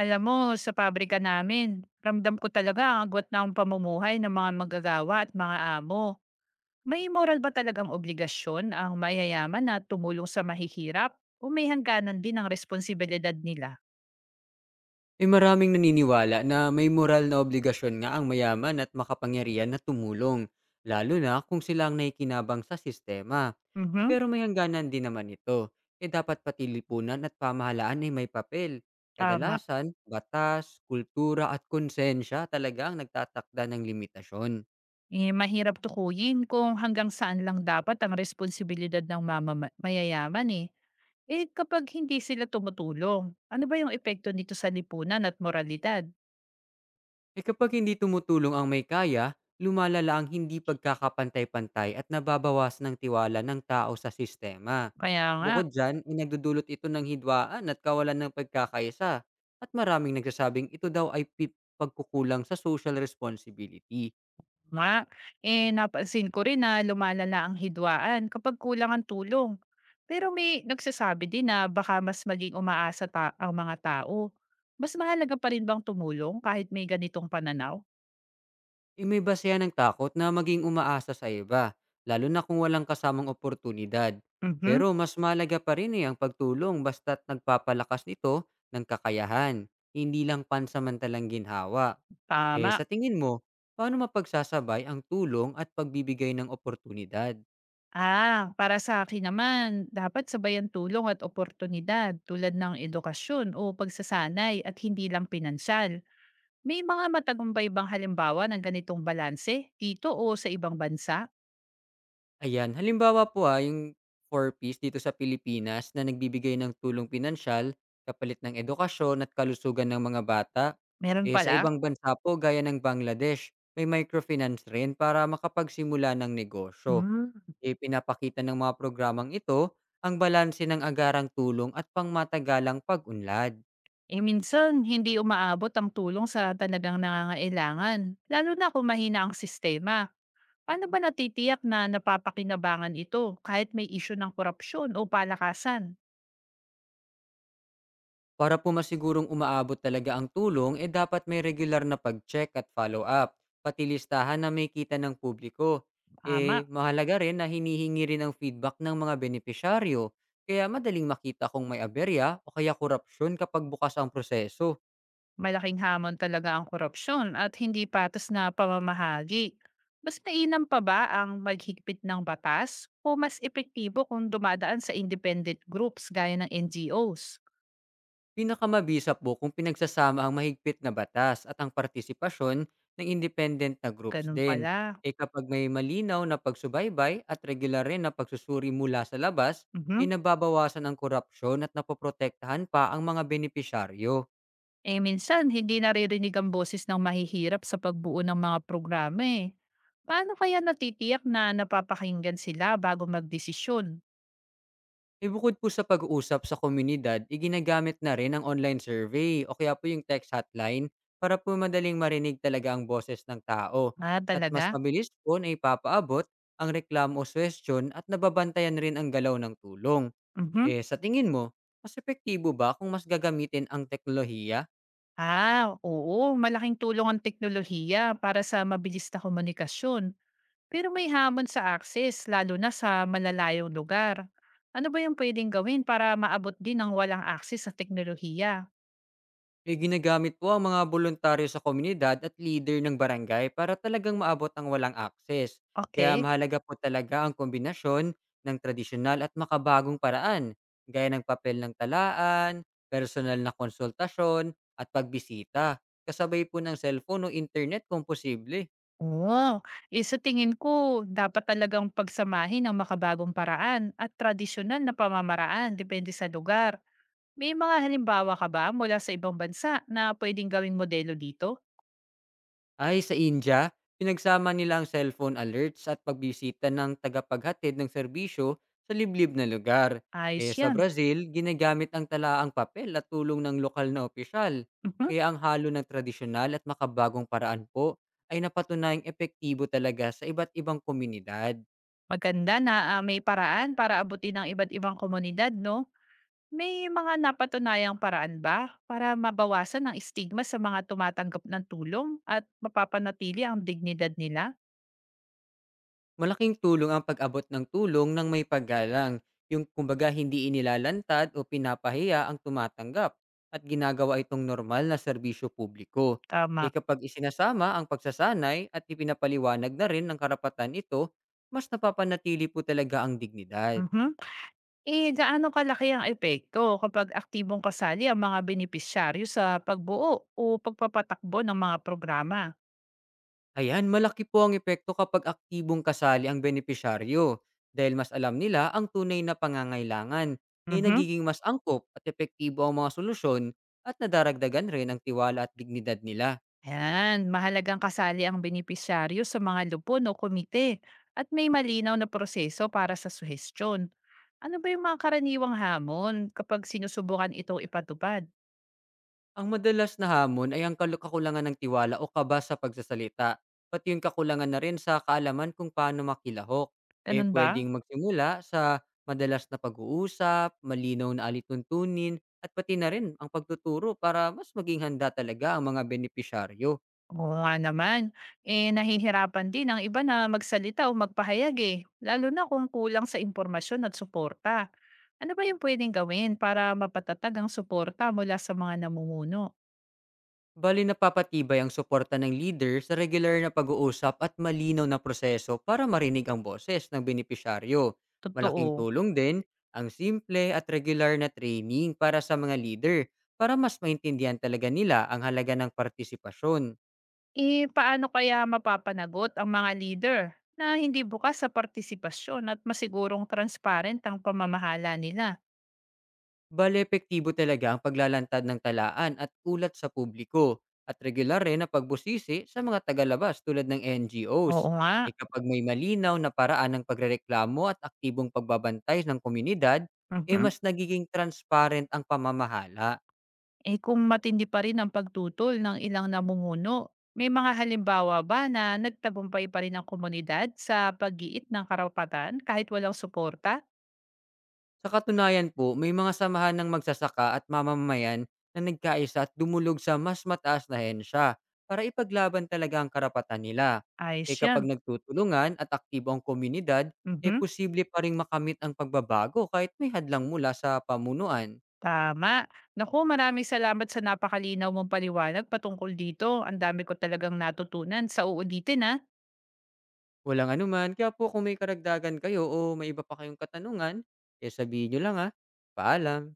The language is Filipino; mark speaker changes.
Speaker 1: Alam mo, sa pabrika namin, ramdam ko talaga ang agwat ng pamumuhay ng mga manggagawa at mga amo. May moral ba talagang obligasyon ang mayayaman na tumulong sa mahihirap o may hangganan din ang responsibilidad nila?
Speaker 2: May maraming naniniwala na may moral na obligasyon nga ang mayaman at makapangyarihan na tumulong, lalo na kung sila ang nakikinabang sa sistema.
Speaker 1: Mhm,
Speaker 2: Pero may hangganan din naman ito, kaya dapat pati lipunan at pamahalaan ay may papel.
Speaker 1: tama.
Speaker 2: Kadalasan, batas, kultura at konsensya talaga ang nagtatakda ng limitasyon.
Speaker 1: Mahirap tukuyin kung hanggang saan lang dapat ang responsibilidad ng mayayaman eh. Eh kapag hindi sila tumutulong, ano ba yung epekto nito sa lipunan at moralidad?
Speaker 2: Eh kapag hindi tumutulong ang may kaya, lumalala ang hindi pagkakapantay-pantay at nababawas ng tiwala ng tao sa sistema.
Speaker 1: Kaya nga.
Speaker 2: Bukod dyan, inagdudulot ito ng hidwaan at kawalan ng pagkakaisa at maraming nagsasabing ito daw ay pagkukulang sa social responsibility.
Speaker 1: Nga, eh napansin ko rin na lumalala ang hidwaan kapag kulang ang tulong. Pero may nagsasabi din na baka mas maging ang mga tao. Mas mahalaga pa rin bang tumulong kahit may ganitong pananaw?
Speaker 2: Eh, may base yan ng takot na maging umaasa sa iba, lalo na kung walang kasamang oportunidad.
Speaker 1: Mhm.
Speaker 2: Pero mas malaga pa rin eh ang pagtulong basta't nagpapalakas nito ng kakayahan, hindi lang pansamantalang ginhawa. Eh
Speaker 1: Tama.
Speaker 2: sa tingin mo, paano mapagsasabay ang tulong at pagbibigay ng oportunidad?
Speaker 1: Ah, para sa akin naman, dapat sabayan tulong at oportunidad tulad ng edukasyon o pagsasanay at hindi lang pinansyal. May mga matagumpay bang halimbawa ng ganitong balanse dito o sa ibang bansa?
Speaker 2: Ayan, halimbawa po, ah, yung four piece dito sa Pilipinas na nagbibigay ng tulong pinansyal kapalit ng edukasyon at kalusugan ng mga bata.
Speaker 1: Meron
Speaker 2: Eh, sa
Speaker 1: pala?
Speaker 2: ibang bansa po gaya ng Bangladesh, may microfinance rin para makapagsimula ng negosyo.
Speaker 1: Mm.
Speaker 2: Eh, pinapakita ng mga programang ito ang balanse ng agarang tulong at pangmatagalang pag-unlad.
Speaker 1: Eh minsan, hindi umaabot ang tulong sa talagang nangangailangan, lalo na kung mahina ang sistema. Paano ba natitiyak na napapakinabangan ito kahit may isyu ng korupsyon o palakasan?
Speaker 2: Para po masigurong umaabot talaga ang tulong, eh dapat may regular na pag-check at follow-up, pati listahan na may kita ng publiko.
Speaker 1: Tama.
Speaker 2: Eh, mahalaga rin na hinihingi rin ang feedback ng mga benepisyaryo, kaya madaling makita kung may aberya o kaya korupsyon kapag bukas ang proseso.
Speaker 1: Malaking hamon talaga ang korupsyon at hindi patas na pamamahagi. Mas mainam pa ba ang maghigpit ng batas o mas epektibo kung dumadaan sa independent groups gaya ng NGOs?
Speaker 2: Pinakamabisa po kung pinagsasama ang mahigpit na batas at ang partisipasyon ng independent na groups
Speaker 1: Ganun
Speaker 2: din.
Speaker 1: pala.
Speaker 2: E kapag may malinaw na pagsubaybay at regular rin na pagsusuri mula sa labas, e
Speaker 1: Mhm.
Speaker 2: nababawasan ang korupsyon at napoprotektahan pa ang mga benepisyaryo.
Speaker 1: Eh, minsan hindi naririnig ang boses ng mahihirap sa pagbuo ng mga programa eh. Paano kaya natitiyak na napapakinggan sila bago magdesisyon?
Speaker 2: Eh, bukod po sa pag-uusap sa komunidad, iginagamit na rin ang online survey o kaya po yung text hotline para po madaling marinig talaga ang boses ng tao.
Speaker 1: Ah,
Speaker 2: At mas
Speaker 1: talaga?
Speaker 2: mabilis po na ipapaabot ang reklamo o suwestyon at nababantayan rin ang galaw ng tulong.
Speaker 1: Mhm.
Speaker 2: Eh, sa tingin mo, mas epektibo ba kung mas gagamitin ang teknolohiya?
Speaker 1: Ah, oo, malaking tulong ang teknolohiya para sa mabilis na komunikasyon. Pero may hamon sa access, lalo na sa malalayong lugar. Ano ba yung pwedeng gawin para maabot din ang walang access sa teknolohiya?
Speaker 2: Eh, ginagamit po ang mga boluntaryo sa komunidad at leader ng barangay para talagang maabot ang walang akses. Kaya
Speaker 1: Okay.
Speaker 2: mahalaga po talaga ang kombinasyon ng tradisyonal at makabagong paraan, gaya ng papel ng talaan, personal na konsultasyon, at pagbisita, kasabay po ng cellphone o internet kung posible.
Speaker 1: Oo, eh, sa tingin ko dapat talagang pagsamahin ang makabagong paraan at tradisyonal na pamamaraan depende sa lugar. May mga halimbawa ka ba mula sa ibang bansa na pwedeng gawing modelo dito?
Speaker 2: Ay, sa India, pinagsama nila ang cellphone alerts at pagbisita ng tagapaghatid ng serbisyo sa liblib na lugar.
Speaker 1: Ayos
Speaker 2: Eh, sa
Speaker 1: yan.
Speaker 2: Brazil, ginagamit ang talaang papel at tulong ng lokal na opisyal.
Speaker 1: Mhm.
Speaker 2: Kaya ang halo ng tradisyonal at makabagong paraan po ay napatunayang epektibo talaga sa iba't ibang komunidad.
Speaker 1: Maganda na, ah, may paraan para abutin ang iba't ibang komunidad, no? May mga napatunayang paraan ba para mabawasan ang stigma sa mga tumatanggap ng tulong at mapapanatili ang dignidad nila?
Speaker 2: Malaking tulong ang pag-abot ng tulong ng may paggalang, yung kumbaga hindi inilalantad o pinapahiya ang tumatanggap at ginagawa itong normal na serbisyo publiko.
Speaker 1: Tama.
Speaker 2: E kapag isinasama ang pagsasanay at ipinapaliwanag na rin ng karapatan ito, mas napapanatili po talaga ang dignidad.
Speaker 1: Mhm. Eh, gaano kalaki ang epekto kapag aktibong kasali ang mga benepisyaryo sa pagbuo o pagpapatakbo ng mga programa?
Speaker 2: Ayan, malaki po ang epekto kapag aktibong kasali ang benepisyaryo dahil mas alam nila ang tunay na pangangailangan, eh
Speaker 1: Mhm.
Speaker 2: nagiging mas angkop at epektibo ang mga solusyon at nadaragdagan rin ang tiwala at dignidad nila.
Speaker 1: Ayan, mahalagang kasali ang benepisyaryo sa mga lupon o komite at may malinaw na proseso para sa suhestyon. Ano ba yung mga karaniwang hamon kapag sinusubukan itong ipatupad?
Speaker 2: Ang madalas na hamon ay ang kakulangan ng tiwala o kaba sa pagsasalita, pati yung kakulangan na rin sa kaalaman kung paano makilahok. Eh
Speaker 1: Ganun ba?
Speaker 2: pwedeng magsimula sa madalas na pag-uusap, malinaw na alituntunin, at pati na rin ang pagtuturo para mas maging handa talaga ang mga benepisyaryo.
Speaker 1: Oo nga naman. Eh, nahihirapan din ang iba na magsalita o magpahayag eh, lalo na kung kulang sa impormasyon at suporta. Ano ba yung pwedeng gawin para mapatatag ang suporta mula sa mga namumuno?
Speaker 2: Bali napapatibay ang suporta ng leader sa regular na pag-uusap at malinaw na proseso para marinig ang boses ng benepisyaryo. Malaking
Speaker 1: Totoo.
Speaker 2: tulong din ang simple at regular na training para sa mga leader para mas maintindihan talaga nila ang halaga ng partisipasyon.
Speaker 1: Eh, paano kaya mapapanagot ang mga leader na hindi bukas sa partisipasyon at masigurong transparent ang pamamahala nila?
Speaker 2: Bale epektibo talaga ang paglalantad ng talaan at ulat sa publiko at regular rin na pagbusisi sa mga tagalabas tulad ng
Speaker 1: Oo
Speaker 2: NGOs.
Speaker 1: nga.
Speaker 2: E kapag may malinaw na paraan ng pagrereklamo at aktibong pagbabantay ng komunidad, e
Speaker 1: Mhm.
Speaker 2: mas nagiging transparent ang pamamahala.
Speaker 1: Eh, kung matindi pa rin ang pagtutol ng ilang namumuno, may mga halimbawa ba na nagtagumpay pa rin ang komunidad sa pag-iit ng karapatan kahit walang suporta?
Speaker 2: Sa katunayan po, may mga samahan ng magsasaka at mamamayan na nagkaisa at dumulog sa mas mataas na hensya para ipaglaban talaga ang karapatan nila. E
Speaker 1: Ayos
Speaker 2: kapag
Speaker 1: yan.
Speaker 2: nagtutulungan at aktibo ang komunidad, e
Speaker 1: Mhm.
Speaker 2: posible pa rin makamit ang pagbabago kahit may hadlang mula sa pamunuan.
Speaker 1: Tama. Naku, maraming salamat sa napakalinaw mong paliwanag patungkol dito. Ang dami ko talagang natutunan. Sa uulitin, ha.
Speaker 2: Walang anuman, kaya po kung may karagdagan kayo o may iba pa kayong katanungan, e sabihin nyo lang ha. Paalam!